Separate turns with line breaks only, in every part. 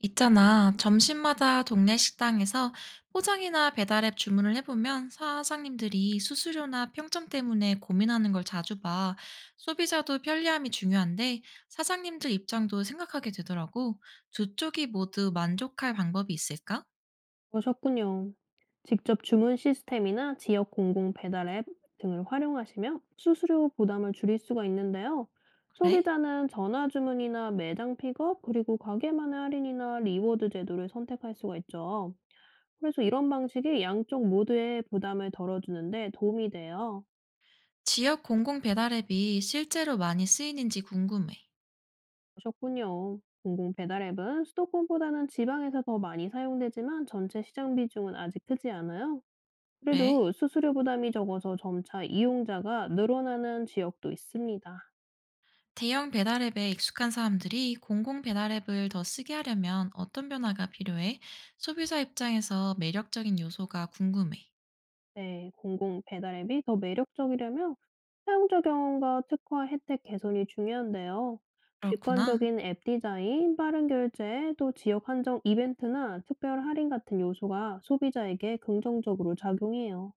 있잖아. 점심마다 동네 식당에서 포장이나 배달앱 주문을 해보면 사장님들이 수수료나 평점 때문에 고민하는 걸 자주 봐. 소비자도 편리함이 중요한데 사장님들 입장도 생각하게 되더라고. 두 쪽이 모두 만족할 방법이 있을까?
그러셨군요. 직접 주문 시스템이나 지역 공공 배달 앱 등을 활용하시면 수수료 부담을 줄일 수가 있는데요.
그래?
소비자는 전화 주문이나 매장 픽업, 그리고 가게만의 할인이나 리워드 제도를 선택할 수가 있죠. 그래서 이런 방식이 양쪽 모두의 부담을 덜어주는데 도움이 돼요.
지역 공공 배달앱이 실제로 많이 쓰이는지 궁금해.
그러셨군요. 공공 배달 앱은 수도권보다는 지방에서 더 많이 사용되지만 전체 시장 비중은 아직 크지 않아요.
그래?
그래도 수수료 부담이 적어서 점차 이용자가 늘어나는 지역도 있습니다.
대형 배달앱에 익숙한 사람들이 공공 배달앱을 더 쓰게 하려면 어떤 변화가 필요해? 소비자 입장에서 매력적인 요소가 궁금해.
네, 공공 배달 앱이 더 매력적이려면 사용자 경험과 특화 혜택 개선이 중요한데요.
그렇구나.
직관적인 앱 디자인, 빠른 결제, 또 지역 한정 이벤트나 특별 할인 같은 요소가 소비자에게 긍정적으로 작용해요.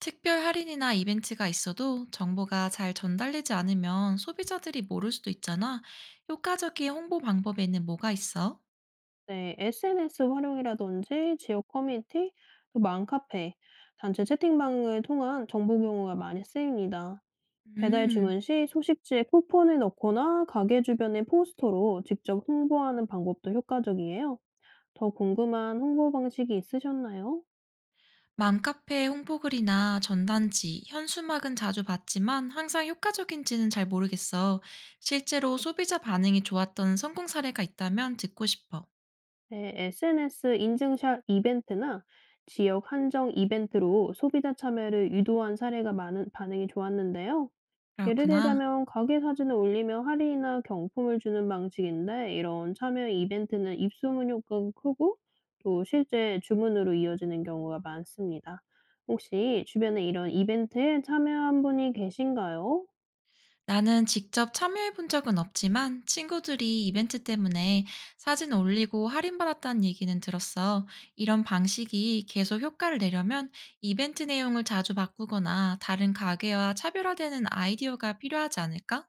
특별 할인이나 이벤트가 있어도 정보가 잘 전달되지 않으면 소비자들이 모를 수도 있잖아. 효과적인 홍보 방법에는 뭐가 있어?
네, SNS 활용이라든지 지역 커뮤니티, 또 맘카페, 단체 채팅방을 통한 정보 경우가 많이 쓰입니다. 배달
음.
주문 시 소식지에 쿠폰을 넣거나 가게 주변의 포스터로 직접 홍보하는 방법도 효과적이에요. 더 궁금한 홍보 방식이 있으셨나요?
맘카페 홍보글이나 전단지, 현수막은 자주 봤지만 항상 효과적인지는 잘 모르겠어. 실제로 소비자 반응이 좋았던 성공 사례가 있다면 듣고 싶어.
네, SNS 인증샷 이벤트나 지역 한정 이벤트로 소비자 참여를 유도한 사례가 많은 반응이 좋았는데요. 예를
그렇구나.
들자면 가게 사진을 올리며 할인이나 경품을 주는 방식인데 이런 참여 이벤트는 입소문 효과가 크고 또 실제 주문으로 이어지는 경우가 많습니다. 혹시 주변에 이런 이벤트에 참여한 분이 계신가요?
나는 직접 참여해 본 적은 없지만 친구들이 이벤트 때문에 사진 올리고 할인받았다는 얘기는 들었어. 이런 방식이 계속 효과를 내려면 이벤트 내용을 자주 바꾸거나 다른 가게와 차별화되는 아이디어가 필요하지 않을까?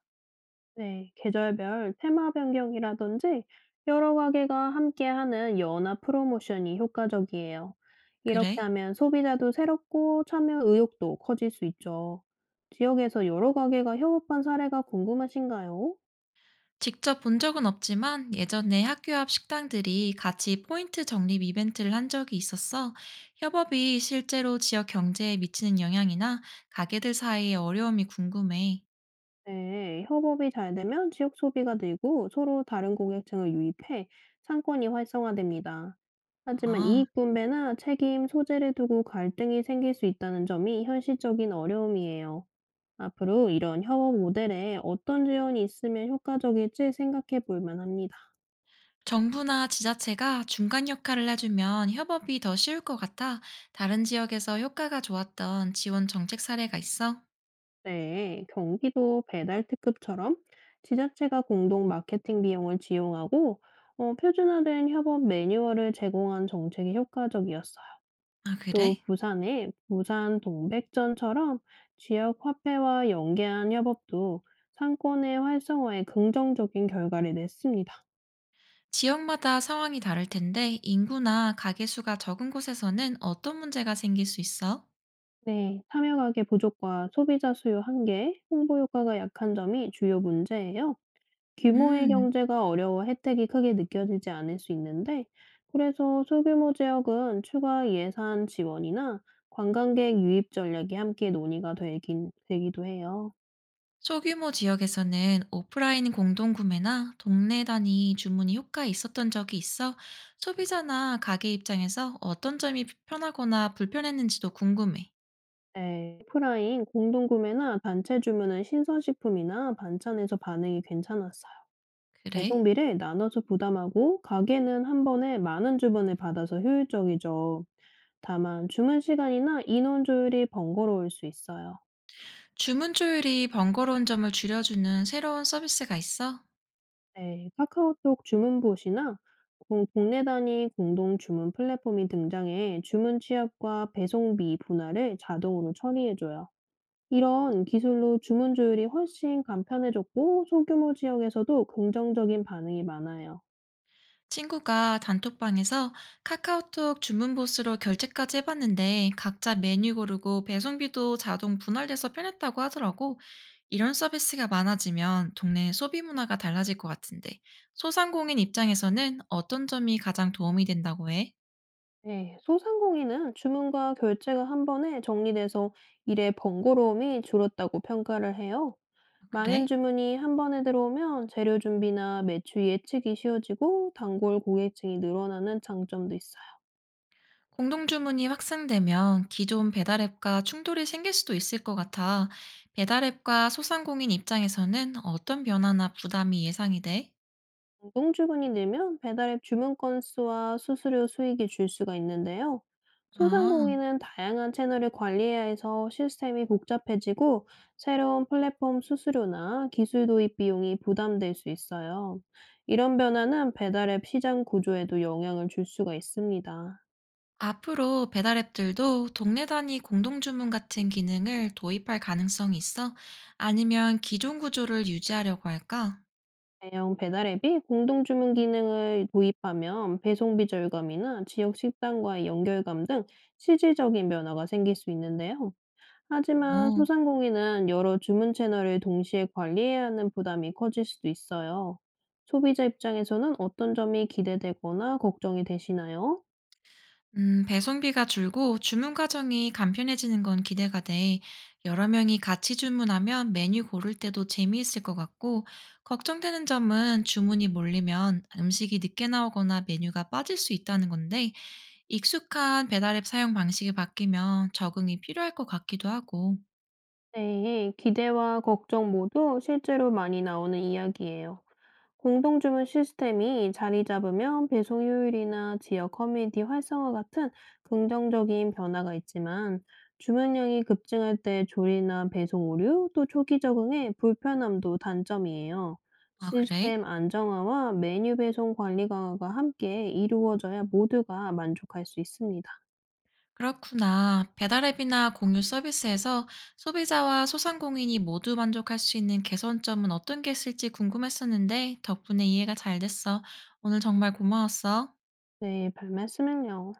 네, 계절별 테마 변경이라든지 여러 가게가 함께하는 연합 프로모션이 효과적이에요. 이렇게
그래?
하면 소비자도 새롭고 참여 의욕도 커질 수 있죠. 지역에서 여러 가게가 협업한 사례가 궁금하신가요?
직접 본 적은 없지만 예전에 학교 앞 식당들이 같이 포인트 적립 이벤트를 한 적이 있었어. 협업이 실제로 지역 경제에 미치는 영향이나 가게들 사이의 어려움이 궁금해.
네, 협업이 잘 되면 지역 소비가 늘고 서로 다른 고객층을 유입해 상권이 활성화됩니다. 하지만
아,
이익 분배나 책임, 소재를 두고 갈등이 생길 수 있다는 점이 현실적인 어려움이에요. 앞으로 이런 협업 모델에 어떤 지원이 있으면 효과적일지 생각해 볼 만합니다.
정부나 지자체가 중간 역할을 해주면 협업이 더 쉬울 것 같아. 다른 지역에서 효과가 좋았던 지원 정책 사례가 있어?
네, 경기도 배달 특급처럼 지자체가 공동 마케팅 비용을 지용하고 표준화된 협업 매뉴얼을 제공한 정책이 효과적이었어요.
아,
또
그래?
부산의 부산 동백전처럼 지역 화폐와 연계한 협업도 상권의 활성화에 긍정적인 결과를 냈습니다.
지역마다 상황이 다를 텐데 인구나 가게 수가 적은 곳에서는 어떤 문제가 생길 수 있어?
네, 참여 가계 부족과 소비자 수요 한계, 홍보 효과가 약한 점이 주요 문제예요. 규모의
음,
경제가 어려워 혜택이 크게 느껴지지 않을 수 있는데, 그래서 소규모 지역은 추가 예산 지원이나 관광객 유입 전략이 함께 되기도 해요.
소규모 지역에서는 오프라인 공동구매나 동네 단위 주문이 효과가 있었던 적이 있어 소비자나 가게 입장에서 어떤 점이 편하거나 불편했는지도 궁금해.
네, 오프라인 공동구매나 단체 주문은 신선식품이나 반찬에서 반응이 괜찮았어요.
그래?
배송비를 나눠서 부담하고 가게는 한 번에 많은 주문을 받아서 효율적이죠. 다만 주문 시간이나 인원 조율이 번거로울 수 있어요.
주문 조율이 번거로운 점을 줄여주는 새로운 서비스가 있어?
네, 카카오톡 주문봇이나 국내 단위 공동 주문 플랫폼이 등장해 주문 취합과 배송비 분할을 자동으로 처리해줘요. 이런 기술로 주문 조율이 훨씬 간편해졌고 소규모 지역에서도 긍정적인 반응이 많아요.
친구가 단톡방에서 카카오톡 주문 보스로 결제까지 해봤는데 각자 메뉴 고르고 배송비도 자동 분할돼서 편했다고 하더라고. 이런 서비스가 많아지면 동네 소비 문화가 달라질 것 같은데 소상공인 입장에서는 어떤 점이 가장 도움이 된다고 해?
네. 소상공인은 주문과 결제가 한 번에 정리돼서 일의 번거로움이 줄었다고 평가를 해요. 많은
그래?
주문이 한 번에 들어오면 재료 준비나 매출 예측이 쉬워지고 단골 고객층이 늘어나는 장점도 있어요.
공동주문이 확산되면 기존 배달앱과 충돌이 생길 수도 있을 것 같아. 배달앱과 소상공인 입장에서는 어떤 변화나 부담이 예상이 돼?
공동주문이 늘면 배달앱 주문 건수와 수수료 수익이 줄 수가 있는데요.
아,
소상공인은 다양한 채널을 관리해야 해서 시스템이 복잡해지고 새로운 플랫폼 수수료나 기술 도입 비용이 부담될 수 있어요. 이런 변화는 배달앱 시장 구조에도 영향을 줄 수가 있습니다.
앞으로 배달앱들도 동네 단위 공동주문 같은 기능을 도입할 가능성이 있어? 아니면 기존 구조를 유지하려고 할까?
대형 배달앱이 공동주문 기능을 도입하면 배송비 절감이나 지역 식당과의 연결감 등 실질적인 변화가 생길 수 있는데요. 하지만
오...
소상공인은 여러 주문 채널을 동시에 관리해야 하는 부담이 커질 수도 있어요. 소비자 입장에서는 어떤 점이 기대되거나 걱정이 되시나요?
배송비가 줄고 주문 과정이 간편해지는 건 기대가 돼. 여러 명이 같이 주문하면 메뉴 고를 때도 재미있을 것 같고, 걱정되는 점은 주문이 몰리면 음식이 늦게 나오거나 메뉴가 빠질 수 있다는 건데, 익숙한 배달앱 사용 방식이 바뀌면 적응이 필요할 것 같기도 하고.
네, 기대와 걱정 모두 실제로 많이 나오는 이야기예요. 공동주문 시스템이 자리 잡으면 배송 효율이나 지역 커뮤니티 활성화 같은 긍정적인 변화가 있지만 주문량이 급증할 때 조리나 배송 오류 또 초기 적응의 불편함도 단점이에요.
아, 그래?
시스템 안정화와 메뉴 배송 관리 강화가 함께 이루어져야 모두가 만족할 수 있습니다.
그렇구나. 배달앱이나 공유 서비스에서 소비자와 소상공인이 모두 만족할 수 있는 개선점은 어떤 게 있을지 궁금했었는데 덕분에 이해가 잘 됐어. 오늘 정말 고마웠어.
네, 별 말씀을요.